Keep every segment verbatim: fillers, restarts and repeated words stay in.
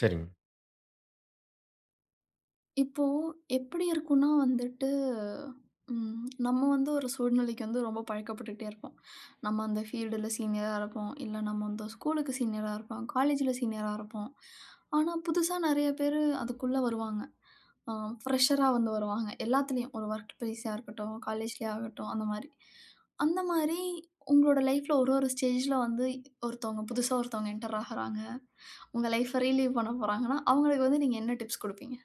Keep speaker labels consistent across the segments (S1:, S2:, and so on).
S1: சரிங்க.
S2: இப்போ எப்படி இருக்கும்னா வந்துட்டு, ம் நம்ம வந்து ஒரு சூழ்நிலைக்கு வந்து ரொம்ப பழக்கப்பட்டுட்டே இருப்போம். நம்ம அந்த ஃபீல்டுல சீனியரா இருப்போம். இல்ல நம்ம வந்து ஸ்கூலுக்கு சீனியரா இருப்போம். காலேஜ்ல சீனியரா இருப்போம். ஆனா, புதுசா நெறைய பேரு அதுக்குள்ள வருவாங்க. அ ஃப்ரெஷரா வந்து வருவாங்க. எல்லாத்துலயும் ஒரு ஒர்க் பிளேஸா இருக்கட்டும், காலேஜ்லயே ஆகட்டும் அந்த மாரி. அந்த மாரி உங்களோட லைஃப்ல ஒரு ஒரு ஸ்டேஜ்ல வந்து ஒருத்தவங்க புதுசா ஒருத்தவங்க என்டர் ஆகுறாங்க. உங்க லைஃப்ப ரீலிவ் பண்ண போறாங்கன்னா, அவங்களுக்கு வந்து நீங்க என்ன டிப்ஸ் குடுப்பீங்க?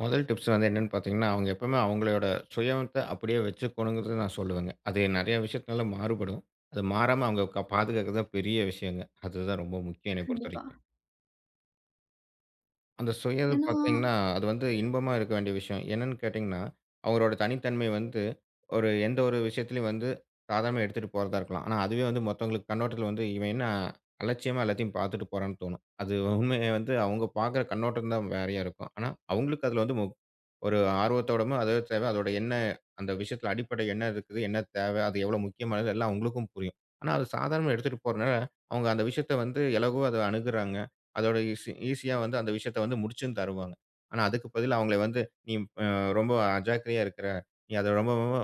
S1: முதல் டிப்ஸ் வந்து என்னன்னு பார்த்தீங்கன்னா, அவங்க எப்பவுமே அவங்களோட சுயத்த அப்படியே வச்சுக்கணுங்கிறது நான் சொல்லுவேங்க. அது நெறைய விஷயத்தினால மாறுபடும். அது மாறாம அவங்க க பாதுகாக்கிறது தான் பெரிய விஷயங்க. அதுதான் ரொம்ப முக்கியம் என்னைய
S2: கண்டிப்பா.
S1: பொறுத்தவரைக்கும். அந்த சுயம்
S2: ஏன்னா
S1: பார்த்தீங்கன்னா, அது வந்து இன்பமா இருக்க வேண்டிய விஷயம். என்னன்னு கேட்டீங்கன்னா, அவங்களோட தனித்தன்மை வந்து ஒரு எந்த ஒரு விஷயத்திலயும் வந்து சாதாரணமா எடுத்துட்டு போறதா இருக்கலாம். ஆனா அதுவே வந்து மத்தவங்களுக்கு கண்ணோட்டத்தில வந்து இவன் என்ன அலட்சியமா எல்லாத்தையும் பார்த்துட்டு போறான்னு தோணும். அது உண்மைய வந்து அவங்க பார்க்குற கண்ணோட்டம் தான் வேறையா இருக்கும். ஆனா அவங்களுக்கு அதில வந்து மு ஒரு ஆர்வத்தோடவும் அது எது தேவை, அதோட என்ன அந்த விஷயத்துல அடிப்படை என்ன இருக்குது? என்ன தேவை? அது எவ்வளோ முக்கியமானது? எல்லாம் அவங்களுக்கும் புரியும். ஆனா, அது சாதாரணமா எடுத்துட்டு போறனால, அவங்க அந்த விஷயத்த வந்து இலகுவா அத அணுகுறாங்க. அதோட ஈஸி ஈஸியா வந்து அந்த விஷயத்த வந்து முடிச்சும் தருவாங்க. ஆனா, அதுக்கு பதிலா அவங்கள வந்து, "நீ அ ரொம்ப அஜாக்கிரதையா இருக்கிற. நீ அத ரொம்ப ரொம்ப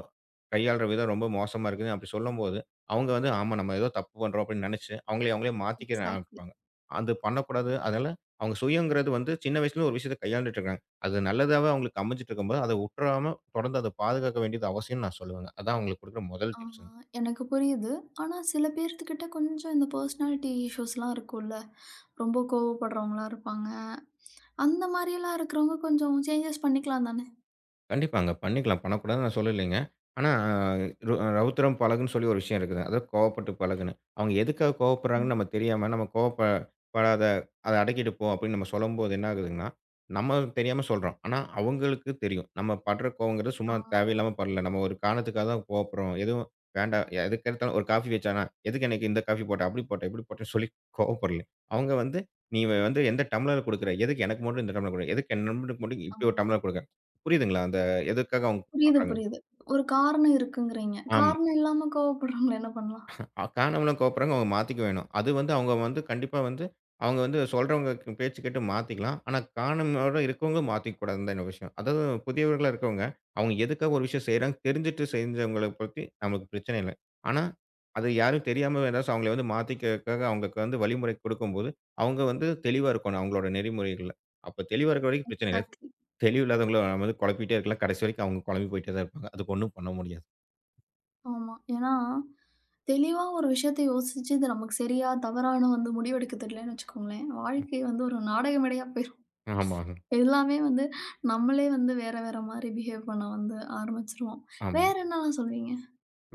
S1: கையாளுற விதம் ரொம்ப மோசமா இருக்குது." அப்படி சொல்லும்போது, அவங்க வந்து, "ஆமா, நம்ம ஏதோ தப்பு பண்றோம்." அப்படின்னு நெனைச்சு, அவங்களே அவங்களே மாத்திக்க
S2: எக்ஸாக்ட்லி.
S1: ஆரம்பிப்பாங்க. அது பண்ணக்கூடாது. அதனால அவங்க சுயம்ங்கிறது வந்து சின்ன வயசுல ஒரு விஷயத்த கையாண்டுட்டு இருக்காங்க. அது நல்லதாவே அவங்களுக்கு அமைஞ்சிட்டு இருக்கும்போது, அத உட்றாம தொடர்ந்து அத பாதுகாக்க வேண்டியது அவசியம்ன்னு நான் சொல்லுவேங்க. அதான் அவங்களுக்கு குடுக்குற முதல்
S2: ஆ,
S1: டிப்ஸுங்க.
S2: எனக்கு புரியுது. ஆனா சில பேர்த்துக்கிட்ட கொஞ்சம் இந்த பர்சனாலிட்டி இஷ்யூஸ்லாம் இருக்கும்ல. ரொம்ப கோவப்படுறவங்களா இருப்பாங்க. அந்த மாரியெல்லாம் இருக்கிறவங்க கொஞ்சம் சேஞ்சஸ் பண்ணிக்கலாம் தானே!
S1: கண்டிப்பாங்க. பண்ணிக்கலாம். பண்ணக்கூடாதுன்னு நான் சொல்லலைங்க. ஆனா ரு ரவுத்திரம் பழகுன்னு சொல்லி ஒரு விஷயம் இருக்குது. அதாவது கோவப்பட்டு பழகுன்னு. அவங்க எதுக்காக
S2: ஆமா.
S1: கோவப்படுறாங்கன்னு நம்ம தெரியாம, நம்ம கோவப்ப படாத அத அடக்கிட்டு போ அப்படின்னு நம்ம சொல்லும்போது என்ன ஆகுதுங்கன்னா, நம்ம தெரியாம சொல்றோம். ஆனா அவங்களுக்கு தெரியும். நம்ம படுற கோவங்கிறது
S2: ஆ,
S1: சும்மா தேவையில்லாம படல. நம்ம ஒரு காரணத்துக்காக தான் கோவப்படுறோம். எதுவும் வேண்டாம். எதுக்கு எடுத்தாலும் ஒரு காஃபி வச்சானா, எதுக்கு எனக்கு இந்த காஃபி போட்ட, அப்படி போட்ட, இப்படி போட்டேன்னு சொல்லி கோவப்படல. அவங்க வந்து நீ வந்து எந்த டம்ளர்ல குடுக்குற? எதுக்கு எனக்கு மட்டும் இந்த டம்ளர் குடுக்குற? எதுக்கு என் நண்பனுக்கு மட்டும்
S2: ஆ.
S1: இப்படி ஒரு டம்ளர் குடுக்குற? புரியுதுங்களா? எதுக்காக அவங்க
S2: புரியுது,
S1: பண்றாங்க?
S2: புரியுது. ஒரு காரணம் இருக்குங்கிறீங்க.
S1: ஆமா.
S2: காரணம் இல்லாம கோவப்படுறவங்கள என்ன பண்ணலாம்?
S1: அ காணவளும் கோப்புட்றாங்க. அவங்க மாத்திக்க வேணும். அது வந்து அவங்க வந்து கண்டிப்பா வந்து அவங்க வந்து சொல்றவங்க க் பேச்சு கேட்டு மாத்திக்கலாம். ஆனா காணவரோட இருக்கவங்க மாத்திக்க கூடாதுன்னு தான் என்னோட விஷயம். அதாவது புதியவர்களா இருக்கவங்க, அவங்க எதுக்காக ஒரு விஷயம் செய்றாங்க தெரிஞ்சுட்டு செஞ்சவங்கள பத்தி நமக்கு பிரச்சனை இல்ல. ஆனா, அது யாரும் தெரியாம ஏதாச்சும் அவங்கள வந்து மாத்திக்கிறதுக்காக அவங்களுக்கு வந்து வழிமுறை குடுக்கும்போது, அவங்க வந்து தெளிவா இருக்கணும் அவங்களோட நெறிமுறைகள்ல. அப்ப தெளிவா இருக்கிற வரைக்கும் பிரச்சனை இல்ல.
S2: எக்ஸாக்ட்லி.
S1: தெளிவு இல்லாதவங்கள நம்ம வந்து குழப்பிட்டே இருக்கலாம். கடைசி வரைக்கும் அவங்க குழம்பி போயிட்டே தான் இருப்பாங்க. அதுக்கு ஒண்ணும் பண்ண முடியாது.
S2: ஆமா. ஏன்னா, தெளிவா ஒரு விஷயத்த யோசிச்சு, இது நமக்கு சரியா, தவறான்னு வந்து முடிவெடுக்க தெரியலன்னு வச்சுக்கோங்களேன், வாழ்க்கை வந்து ஒரு நாடக மேடையா போயிரும்.
S1: ஆமாங்க.
S2: எல்லாமே வந்து நம்மளே வந்து வேற வேற மாரி பிஹேவ் பண்ண வந்து ஆரம்பிச்சுருவோம்.
S1: ஆமா.
S2: வேற என்னலாம் சொல்வீங்க?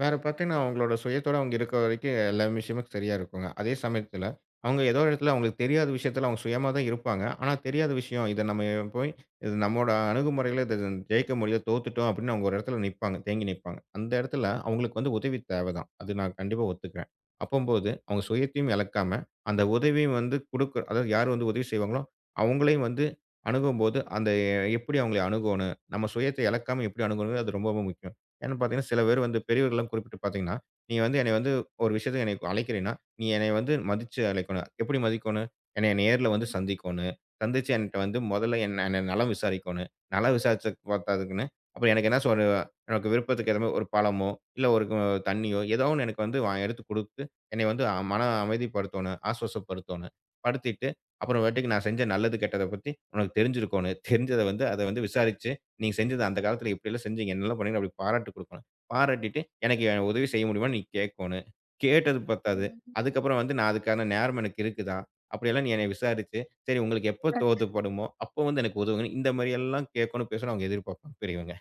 S1: வேற பார்த்தீங்கன்னா, அவங்களோட சுயத்தோட அவங்க இருக்கிற வரைக்கும் எல்லா விஷயமும் சரியா இருக்குங்க. அதே சமயத்துல, அவங்க ஏதோ ஒரு இடத்துல அவங்களுக்கு தெரியாத விஷயத்துல அவங்க சுயமா தான் இருப்பாங்க. ஆனா தெரியாத விஷயம், இத நம்ம போய் இது நம்மோட அணுகுமுறையில இத ஜெயிக்க முடியல, தோத்துட்டோம் அப்படின்னு அவங்க ஒரு இடத்துல நிப்பாங்க. தேங்கி நிப்பாங்க. அந்த இடத்துல அவங்களுக்கு வந்து உதவி தேவை தான். அது நான் கண்டிப்பா ஒத்துக்கிறேன். அப்பம்போது அவங்க சுயத்தையும் இழக்காம, அந்த உதவியும் வந்து குடுக்க அதாவது யார் வந்து உதவி செய்வாங்களோ, அவங்களையும் வந்து அணுகும்போது, அந்த எப்படி அவங்கள அணுகணும், நம்ம சுயத்தை இழக்காம எப்படி அணுகணுங்கிறது அது ரொம்ப ரொம்ப முக்கியம். ஏன்னு பார்த்தீங்கன்னா, சில பேர் வந்து பெரியவர்கள்லாம் குறிப்பிட்டு பார்த்தீங்கன்னா, "நீ வந்து என்னைய வந்து ஒரு விஷயத்துக்கு என்னைய அழைக்கிறீன்னா, நீ என்னைய வந்து மதிச்சு அழைக்கணும். எப்படி மதிக்கணும்? என்னைய நேர்ல வந்து சந்திக்கோணும். சந்திச்சு என்ட்ட வந்து முதல்ல என்ன என்ன நலம் விசாரிக்கோணும். நலம் விசாரிச்சதுக்கு பத்தாதுக்குன்னு, அப்புறம் எனக்கு என்ன ஒரு எனக்கு விருப்பத்துக்கு ஏத்த மாரி ஒரு பழமோ, இல்ல ஒரு கு- தண்ணியோ ஏதோ ஒண்ணு எனக்கு வந்து வா எடுத்து குடுத்து, என்னைய வந்து அ- மன அமைதிப்படுத்தோணும், ஆசுவாசப்படுத்தோணும். படுத்திட்டு அப்புறமேட்டுக்கு நான் செஞ்ச நல்லது, கெட்டத பத்தி உனக்கு தெரிஞ்சிருக்கோணும். தெரிஞ்சத வந்து அத வந்து விசாரிச்சு நீங்க செஞ்சது அந்த காலத்துல இப்படியெல்லாம் செஞ்சீங்க. என்னெல்லாம் பண்ணீங்க அப்படி பாராட்டு குடுக்கணும். பாராட்டிட்டு, எனக்கு உதவி செய்ய முடியுமான்னு நீ கேட்கோணும். கேட்டது பத்தாது.
S2: ம்.
S1: அதுக்கப்புறம் வந்து நான் அதுக்கான நேரம் எனக்கு இருக்குதா? அப்படியெல்லாம் நீ என்னைய விசாரிச்சு, சரி உங்களுக்கு எப்ப
S2: கரெக்ட்.
S1: தோதுப்படுமோ, அப்போ வந்து எனக்கு உதவுங்க. இந்த மாரி எல்லாம் கேட்கணும், பேசணும் அவங்க எதிர்பார்ப்பாங்க பெரியவங்க.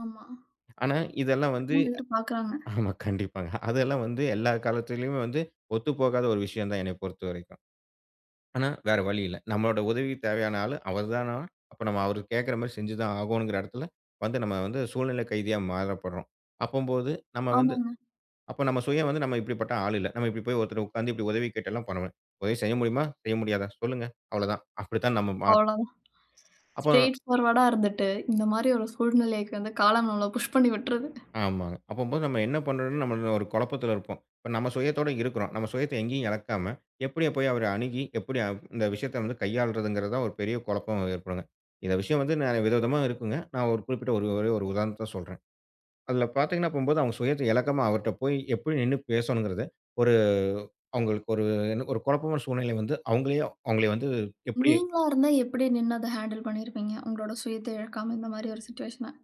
S2: ஆமா.
S1: ஆனா இதெல்லாம் வந்து
S2: அதான் எதிர்பார்க்குறாங்க.
S1: ஆமா கண்டிப்பாங்க. அதெல்லாம் வந்து எல்லா காலத்துலயுமே வந்து ஒத்துப்போகாத ஒரு விஷயம் தான் என்னைய பொறுத்தவரைக்கும். ஆனா, வேற வழி இல்ல. நம்மளோட உதவிக்கு தேவையான ஆளு அவர் தானா, அப்ப நம்ம அவரு கேட்கிற மாரி செஞ்சு தான் ஆகோணுங்கிற இடத்துல வந்து நம்ம வந்து சூழ்நிலை கைதியா மாறப்படுறோம். அப்பம்போது நம்ம வந்து
S2: ஆமாங்க.
S1: அப்ப நம்ம சுயம் வந்து நம்ம இப்படிப்பட்ட ஆள் இல்ல. நம்ம இப்படி போய் ஒருத்தர உட்கார்ந்து இப்படி உதவி கேட்டெல்லாம் பண்ண முடியாது. உதவி செய்ய முடியுமா? செய்ய முடியாதா? சொல்லுங்க. அவ்வளோதான். அப்படித்தான் நம்ம மாற்
S2: அவ்வளோதான்.
S1: அப்போ
S2: ஸ்ட்ரெய்ட் ஃபார்வர்டா இருந்துட்டு, இந்த மாரி ஒரு சூழ்நிலைக்கு வந்து காலம் நம்மள புஷ் பண்ணி விட்டுருது.
S1: ஆமாங்க. அப்பம்போது நம்ம என்ன பண்றோம்னு நம்ம ஒரு குழப்பத்துல இருப்போம். இப்ப நம்ம சுயத்தோட இருக்கிறோம். நம்ம சுயத்த எங்கேயும் இழக்காம, எப்படி போய் அவர அணுகி, எப்படி அ இந்த விஷயத்த வந்து கையாளுறதுங்கிறது தான் ஒரு பெரிய குழப்பம் ஏற்படுங்க. இந்த விஷயம் வந்து நெறைய விதவிதமா இருக்குங்க. நான் ஒரு குறிப்பிட்ட ஒரு ஒரே ஒரு உதாரணத்த சொல்றேன். அதுல பார்த்தீங்கன்னா, அப்பம்போது அவங்க சுயத்த இழக்காம அவர்ட்ட போய் எப்படி நின்னு பேசணுங்கிறது, ஒரு அவங்களுக்கு ஒரு என்ன ஒரு குழப்பமான சூழ்நிலை வந்து அவங்களயே அவங்கள வந்து எப்படி
S2: நீங்களா இருந்தா எப்படி நின்னு அத ஹேண்டில் பண்ணியிருப்பீங்க? உங்களோட சுயத்த இழக்காம இந்த மாரி ஒரு சிச்சுவேஷன?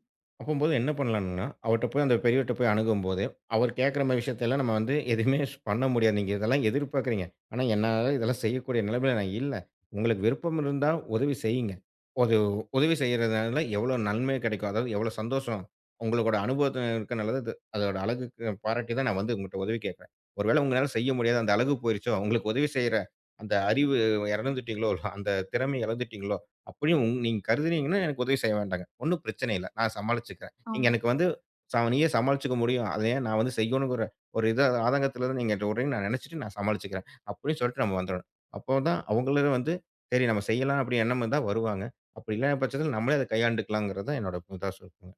S1: அப்பம்போது என்ன பண்ணலாம்ன்னா, அவர்ட்ட போய் அந்த பெரியவர்ட்ட போய் அணுகும்போது, அவர் கேட்கிற மாரி விஷயத்தெல்லாம் நம்ம வந்து எதுவுமே ஸ் பண்ண முடியாது. நீங்க இதெல்லாம் எதிர்பார்க்கிறீங்க. ஆனா என்னால இதெல்லாம் செய்யக்கூடிய நிலைமையில நான் இல்ல. உங்களுக்கு விருப்பம் இருந்தா உதவி செய்யுங்க. ஒரு உதவி செய்றதுனால எவ்வளோ நன்மை கிடைக்கும். அதாவது எவ்வளோ சந்தோஷம். உங்களோட அனுபவத்துல இருக்கனால தான் இது அதோட அழகுக்கு பாராட்டி தான் நான் வந்து உங்கட்ட உதவி கேட்கிறேன். ஒருவேளை உங்களால செய்ய முடியாது, அந்த அழகு போயிருச்சோ, உங்களுக்கு உதவி செய்ற அந்த அறிவு இழந்துட்டீங்களோ, அந்த திறமை இழந்துட்டீங்களோ அப்படின்னு உங் நீங்க கருதுனீங்கன்னா எனக்கு உதவி செய்ய வேண்டாம். ஒண்ணும் பிரச்சனை இல்ல. நான் சமாளிச்சுக்கிறேன். நீங்க
S2: ஆமா.
S1: எனக்கு வந்து ச நீயே சமாளிச்சுக்க முடியும். அத ஏன் நான் வந்து செய்யணுங்கிற ஒரு இது ஆதங்கத்தில தான் நீங்க என்ட்ட விடுறீங்கன்னு நான் நெனச்சுட்டு நான் சமாளிச்சுக்கிறேன். அப்படின்னு சொல்லிட்டு நம்ம வந்துரணும். அப்போதான் அவங்களும் வந்து சரி நம்ம செய்யலாம் அப்படி எண்ணம் இருந்தா வருவாங்க. அப்படி இல்லாத பட்சத்தில நம்மளே அத கையாண்டுக்கலாங்கிறது தான் என்னோட இதா சொல்லுங்க.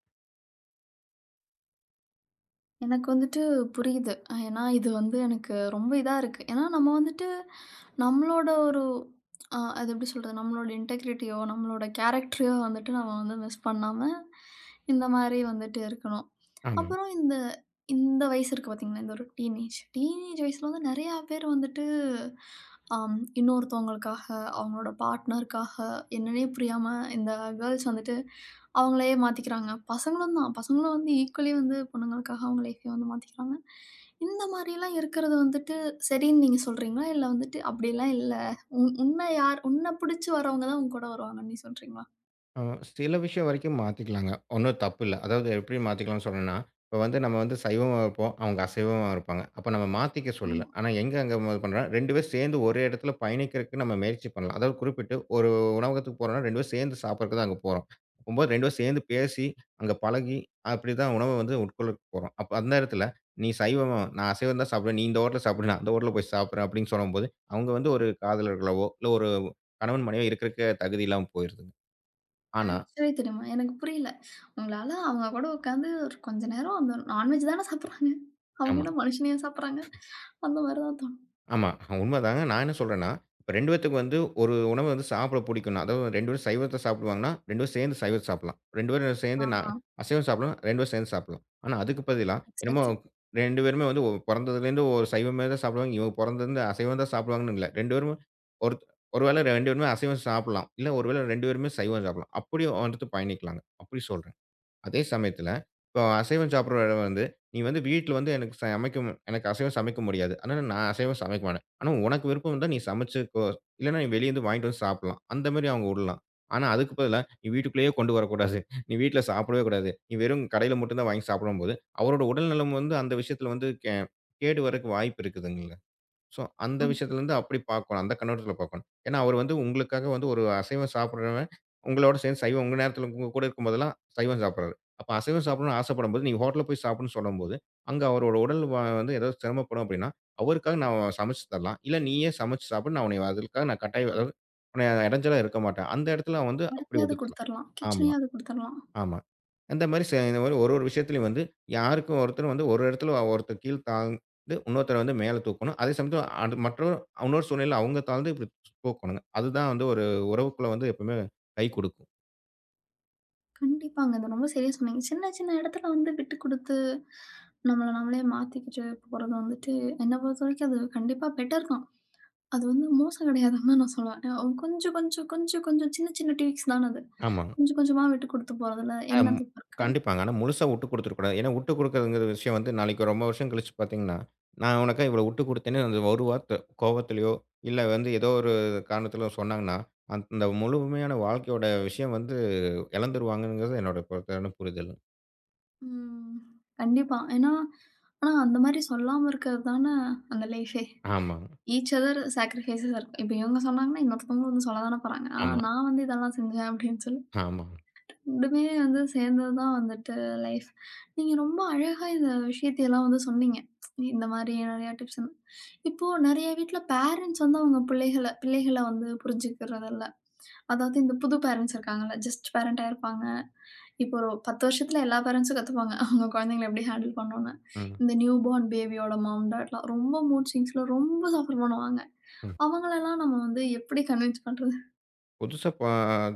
S2: எனக்கு வந்துட்டு புரியுது. அஹ் ஏன்னா இது வந்து எனக்கு ரொம்ப இதா இருக்கு. ஏன்னா நம்ம வந்துட்டு நம்மளோட ஒரு அ அது எப்படி சொல்றது? நம்மளோட இன்டெகிரிட்டியோ, நம்மளோட கேரக்டரையோ வந்துட்டு நம்ம வந்து மிஸ் பண்ணாம, இந்த மாரி வந்துட்டு இருக்கணும்.
S1: ஆமா.
S2: அப்புறம் இந்த இந்த வயசு இருக்கு பார்த்தீங்களா? இந்த ஒரு டீனேஜ். டீனேஜ் வயசுல வந்து நெறையா பேர் வந்துட்டு அம் இன்னொருத்தவங்களுக்காக, அவங்களோட பார்ட்னருக்காக என்னன்னே புரியாம இந்த கேர்ள்ஸ் வந்துட்டு அவங்களையே மாத்திக்கிறாங்க. பசங்களும் தான். பசங்களும் வந்து ஈக்குவலி வந்து பொண்ணுங்களுக்காக அவங்க லைஃப்பையும் வந்து மாத்திக்கிறாங்க. இந்த மாரிலாம் இருக்கிறது வந்துட்டு சரின்னு நீங்க சொல்றீங்களா? இல்ல வந்துட்டு அப்படிலாம் இல்ல. உன் உன்ன யார் உன்ன புடிச்சு வரவங்க தான் உங்க கூட வருவாங்கன்னு நீ சொல்றீங்களா?
S1: அ சில விஷயம் வரைக்கும் மாத்திக்கலாங்க. ஒண்ணும் தப்பு இல்ல. அதாவது எப்படி மாத்திக்கலாம்னு சொல்றேன்னா, இப்ப வந்து நம்ம வந்து சைவமா இருப்போம். அவங்க அசைவமா இருப்பாங்க. அப்ப நம்ம மாத்திக்க சொல்லல.
S2: ஆமா.
S1: ஆனா எங்க அங்க இது பண்றோம் 2 பேரும் சேர்ந்து ஒரே இடத்துல பயணிக்கிறதுக்கு நம்ம முயற்சி பண்ணலாம். அதாவது குறிப்பிட்டு ஒரு உணவகத்துக்கு போறோம்னா 2 பேரும் சேர்ந்து சாப்பிடறதுக்கு தான் அங்க போறோம். அப்பம்போது 2 பேரும் சேர்ந்து பேசி, அங்க பழகி, அப்படிதான் உணவ வந்து உட்கொள்ளறக்கு போறோம். அப்ப அந்த இடத்துல நீ சைவமா, நான் அசைவம் தான் சாப்பிடுவேன். நீ இந்த ஹோட்டல்ல சாப்பிடு, நான் அந்த ஹோட்டல்ல போய் சாப்பிடுறேன் அப்படின்னு சொல்லும்போது, அவங்க வந்து ஒரு காதலர்களாவோ, இல்ல ஒரு கணவன் மனைவியா இருக்கறக்கு தகுதி இல்லாம போயிருதுங்க. ஆனா
S2: ஆக்சுவலி தெரியுமா? எனக்கு புரியல. உங்களால அவங்க கூட உட்காந்து ஒரு கொஞ்ச நேரம் அந்த நான்வெஜ் தானே சாப்பிடுறாங்க. அவங்க
S1: ஆமா,
S2: என்ன மனுஷனையா சாப்பிடுறாங்க? அந்த மாரி தான் தோணும்.
S1: ஆமா. உண்மதாங்க. நான் என்ன சொல்றேன்னா, இப்ப 2 பேத்துக்கு வந்து ஒரு உணவு வந்து சாப்பிட புடிக்கும்னா, அதாவது 2 பேரும் சைவத்த சாப்பிடுவாங்கன்னா, 2 பேரும் சேர்ந்து சைவத்த சாப்பிடலாம். 2 பேரும்
S2: ஆ,
S1: சேர்ந்து நா அசைவம் சாப்பிடலாம், 2 பேரும் சேர்ந்து சாப்பிடலாம். ஆனா, அதுக்கு பதிலா என்னமோ
S2: எக்ஸாக்ட்லி.
S1: 2 பேருமே வந்து ஒ பொறந்ததுலேருந்து ஒரு சைவமே தான் சாப்பிடுவாங்க. இவங்க பொறந்ததுலேருந்து அசைவம் தான் சாப்பிடுவாங்கன்னு இல்ல. 2 பேருமே ஒரு ஒரு வேளை 2 பேருமே அசைவம் சாப்பிடலாம். இல்ல ஒரு வேளை 2 பேருமே சைவம் சாப்பிடலாம். அப்படியும் வந்துட்டு பயணிக்கலாங்க. அப்படி சொல்றேன். அதே சமயத்துல, இப்போ அசைவம் சாப்பிடுற இடம் வந்து, "நீ வந்து வீட்ல வந்து எனக்கு சமைக்கும் எனக்கு அசைவம் சமைக்க முடியாது. அதனால நான் அசைவம் சமைக்க மாட்டேன். ஆனா உனக்கு விருப்பம் இருந்தா நீ சமைச்சுக்கோ! இல்லன்னா நீ வெளிய இருந்து வாங்கிட்டு வந்து சாப்பிடலாம்." அந்த மாரி அவங்க உடலாம். ஆனா அதுக்கு பதிலா, "நீ வீட்டுக்குள்ளேயே கொண்டு வரக்கூடாது. நீ வீட்ல சாப்பிடவே கூடாது. நீ வெறும் கடையில மட்டும் தான் வாங்கி சாப்பிடும்போது" அவரோட உடல்நலம் வந்து அந்த விஷயத்துல வந்து கே கேடு வரக்கு வாய்ப்பு இருக்குதுங்கல்ல. ஸோ, அந்த
S2: ஆமா.
S1: விஷயத்துலருந்து அப்படி பார்க்கணும். அந்த கண்ணோட்டத்துல பார்க்கணும். ஏன்னா, அவர் வந்து உங்களுக்காக வந்து ஒரு அசைவம் சாப்பிடுறவன், உங்களோட சேர்ந்து சைவம் உங்க நேரத்துல உங்க கூட இருக்கும்போதெல்லாம் சைவம் சாப்பிடுறாரு. அப்ப அசைவம் சாப்பிடணும்னு ஆசைப்படும்போது, நீங்க ஹோட்டல்ல போய் சாப்பிடுன்னு சொல்லும்போது, அங்க அவரோட உடல் வ வந்து ஏதாவது சிரமப்படும் அப்படின்னா, அவருக்காக நான் சமைச்சு தரலாம். இல்ல நீயே சமைச்சு சாப்பிடு. நான் உன்னைய அதுக்காக நான் கட்டாயம்
S2: ஆ,
S1: அதாவது உன்னைய இடைஞ்சலா இருக்க மாட்டேன். அந்த இடத்துல அவன் வந்து அப்படி
S2: இடத்தையாவது
S1: விட்டு தரலாம்.
S2: குடுத்துரலாம்.
S1: ஆமா.
S2: கிச்சனையாவது குடுத்துரலாம்.
S1: ஆமா. அந்த மாரி ச இந்த மாரி ஒரு ஒரு விஷயத்திலயும் வந்து யாருக்கும் ஒருத்தர் வந்து ஒரு இடத்துல ஒருத்தர் கீழ் தாழ்ந்து இன்னொருத்தர வந்து மேல தூக்கணும். அதே சமயத்துல அது மற்றவர் இன்னொரு சூழ்நிலையில அவங்க தாழ்ந்து இப்டி தூக்கணுங்க. அதுதான் வந்து ஒரு உறவுக்குள்ள வந்து எப்பவுமே கை குடுக்கும்.
S2: கண்டிப்பாங்க. அது ரொம்ப சரியா சொன்னீங்க. சின்ன சின்ன இடத்துல வந்து விட்டு குடுத்து, நம்மள நம்மளே மாத்திக்கிட்டு போறது வந்துட்டு, என்ன பொறுத்தவரைக்கும் அது கண்டிப்பா பெட்டர் தான். அது வந்து மோசம் கிடையாதுன்னு தான் நான் சொல்லுவேன். அ கொஞ்சம் கொஞ்சம் கொஞ்சம் கொஞ்சம் சின்ன சின்ன ட்வீக்ஸ் தான அது.
S1: ஆமாங்க.
S2: கொஞ்சம் கொஞ்சமா விட்டு குடுத்து போறதுல என்ன
S1: அம்
S2: தப்பு இருக்கு?
S1: கண்டிப்பாங்க. ஆனா முழுசா விட்டு குடுத்துறக்கூடாது. ஏன்னா விட்டு குடுக்குறதுங்கிற விஷயம் வந்து நாளைக்கு ரொம்ப வருஷம் கழிச்சு பாத்தீங்கன்னா, நான் உனக்காக இவ்வளவு விட்டு குடுத்தேன்னு அந்த ஒரு வார்த்தை கோவத்திலயோ, இல்ல வந்து ஏதோ ஒரு காரணத்திலோ சொன்னாங்கன்னா, அந்த முழுமையான வாழ்க்கையோட விஷயம் வந்து இழந்துருவாங்கங்கிறது என்னோட பொறுத்தான புரிதல்.
S2: ம். கண்டிப்பா. ஏன்னா, ஆனா அந்த மாரி சொல்லாம இருக்கிறது தான அந்த லைஃபே.
S1: ஆமாங்க.
S2: ஈச் அதர் சாக்ரிஃபைஸஸ் இருக்கும். இப்ப இவங்க சொன்னாங்கன்னா, இன்னொருத்தவங்க வந்து சொல்ல தானே போறாங்க. ஆ,
S1: ஆமா,
S2: நான் வந்து இதெல்லாம் செஞ்சேன் அப்படின்னு சொல்லி
S1: ஆமா.
S2: ரெண்டுமே வந்து சேர்ந்தது தான் வந்துட்டு லைஃப். நீங்க ரொம்ப அழகா இந்த விஷயத்தையெல்லாம் வந்து சொன்னீங்க. இந்த மாரி நெறைய டிப்ஸ். இப்போ நெறைய வீட்ல பேரண்ட்ஸ் வந்து அவங்க பிள்ளைகள பிள்ளைகள வந்து புரிஞ்சுக்கிறதில்ல. அதாவது இந்த புது பேரண்ட்ஸ் இருக்காங்கல்ல, ஜஸ்ட் பேரண்ட்டா இருப்பாங்க. இப்போ ஒரு பத்து வருஷத்துல எல்லா பேரண்ட்ஸும் கத்துப்பாங்க. அவங்க குழந்தைங்கள எப்படி ஹேண்டில் பண்ணணும்னு.
S1: ம்,
S2: இந்த நியூ பார்ன் பேபியோட மாம், டாட்லாம் ரொம்ப மூட் ஸ்விங்ஸ்ல ரொம்ப சஃபர் பண்ணுவாங்க.
S1: ம்.
S2: அவங்களெல்லாம் நம்ம வந்து எப்படி கன்வின்ஸ் பண்றது?
S1: புதுசா பா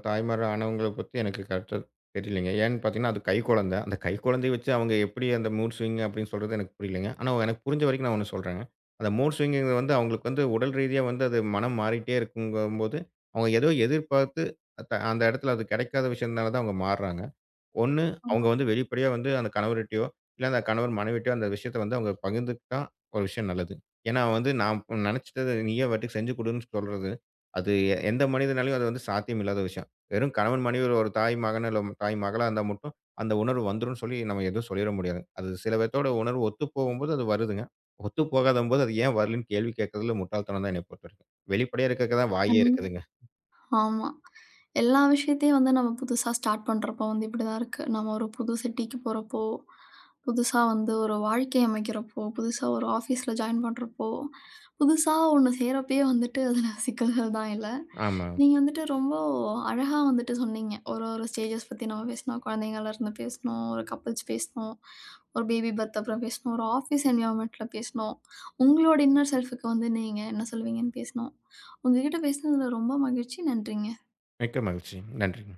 S1: தாய்மார் ஆனவங்கள பத்தி எனக்கு கரெக்ட்டா தெரியலைங்க. ஏன்னு பார்த்தீங்கன்னா, அது கைக்குழந்தை. அந்த கைக்குழந்தைய வச்சு அவங்க எப்படி அந்த மூட் ஸ்விங் அப்படின்னு சொல்றது எனக்கு புரியலைங்க. ஆனா எனக்கு புரிஞ்ச வரைக்கும் நான் ஒண்ணு சொல்றேங்க. அந்த மூட் ஸ்விங்குங்கிறது வந்து அவங்களுக்கு வந்து உடல் ரீதியா வந்து அது மனம் மாறிட்டே இருக்குங்கும்போது, அவங்க ஏதோ எதிர்பார்த்து, அ த அந்த இடத்துல அது கிடைக்காத விஷயத்தினால தான் அவங்க மாறுறாங்க. ஒண்ணு
S2: ஆமா.
S1: அவங்க வந்து வெளிப்படையா வந்து அந்த கணவர்கிட்டயோ, இல்ல அந்த கணவர் மனைவிட்டயோ அந்த விஷயத்த வந்து அவங்க பகிர்ந்துக்கிட்டா ஒரு விஷயம் நல்லது. ஏன்னா வந்து நான் நெனச்சுட்டத நீயே பாட்டுக்கு செஞ்சு குடுன்னு சொல்றது, அது எ- எந்த மனிதனாலயும் அது வந்து சாத்தியம் இல்லாத விஷயம். வெறும் கணவன் மனைவி ஒரு ஒரு தாய் மகன் இல்ல தாய் மகளா இருந்தா மட்டும் அந்த உணர்வு வந்துரும்ன்னு சொல்லி நம்ம எதுவும் சொல்லிற முடியாது. அது சில பேத்தோட உணர்வு ஒத்து போகும்போது அது வருதுங்க. ஒத்து போகாதம்போது அது ஏன் வரலன்னு கேள்வி கேட்கறதுல முட்டாள்தனம் தான் என்னைய பொறுத்தவரைக்கும். வெளிப்படையா இருக்கறதுக்கு தான் வாயே
S2: கண்
S1: இருக்குதுங்க.
S2: ஆமா. எல்லா விஷயத்தையும் வந்து நம்ம புதுசா ஸ்டார்ட் பண்றப்போ வந்து இப்படிதான் இருக்கு. நம்ம ஒரு புது சிட்டிக்கு போறப்போ, புதுசா வந்து ஒரு வாழ்க்கை அமைக்கிறப்போ, புதுசா ஒரு ஆஃபீஸ்ல ஜாயின் பண்றப்போ, புதுசா ஒண்ணு செய்றப்பயே வந்துட்டு அதுல சிக்கல்கள் தான் இல்ல.
S1: ஆமா.
S2: நீங்க வந்துட்டு ரொம்ப அழகா வந்துட்டு சொன்னீங்க. ஒரு ஒரு ஸ்டேஜஸ் பத்தி நம்ம பேசினோம். குழந்தைங்கள்லேருந்து பேசினோம், ஒரு கப்புள்ஸ் பேசினோம், ஒரு பேபி பர்த் அப்புறம் பேசினோம், ஒரு ஆஃபீஸ் என்வைரன்மென்ட்ல பேசினோம். உங்களோட இன்னர் செல்ஃப்‌க்கு வந்து நீங்க என்ன சொல்லுவீங்கன்னு பேசினோம். உங்ககிட்ட பேசினதுல ரொம்ப மகிழ்ச்சி. நன்றிங்க.
S1: மிக்க மகிழ்ச்சி. நன்றிங்க.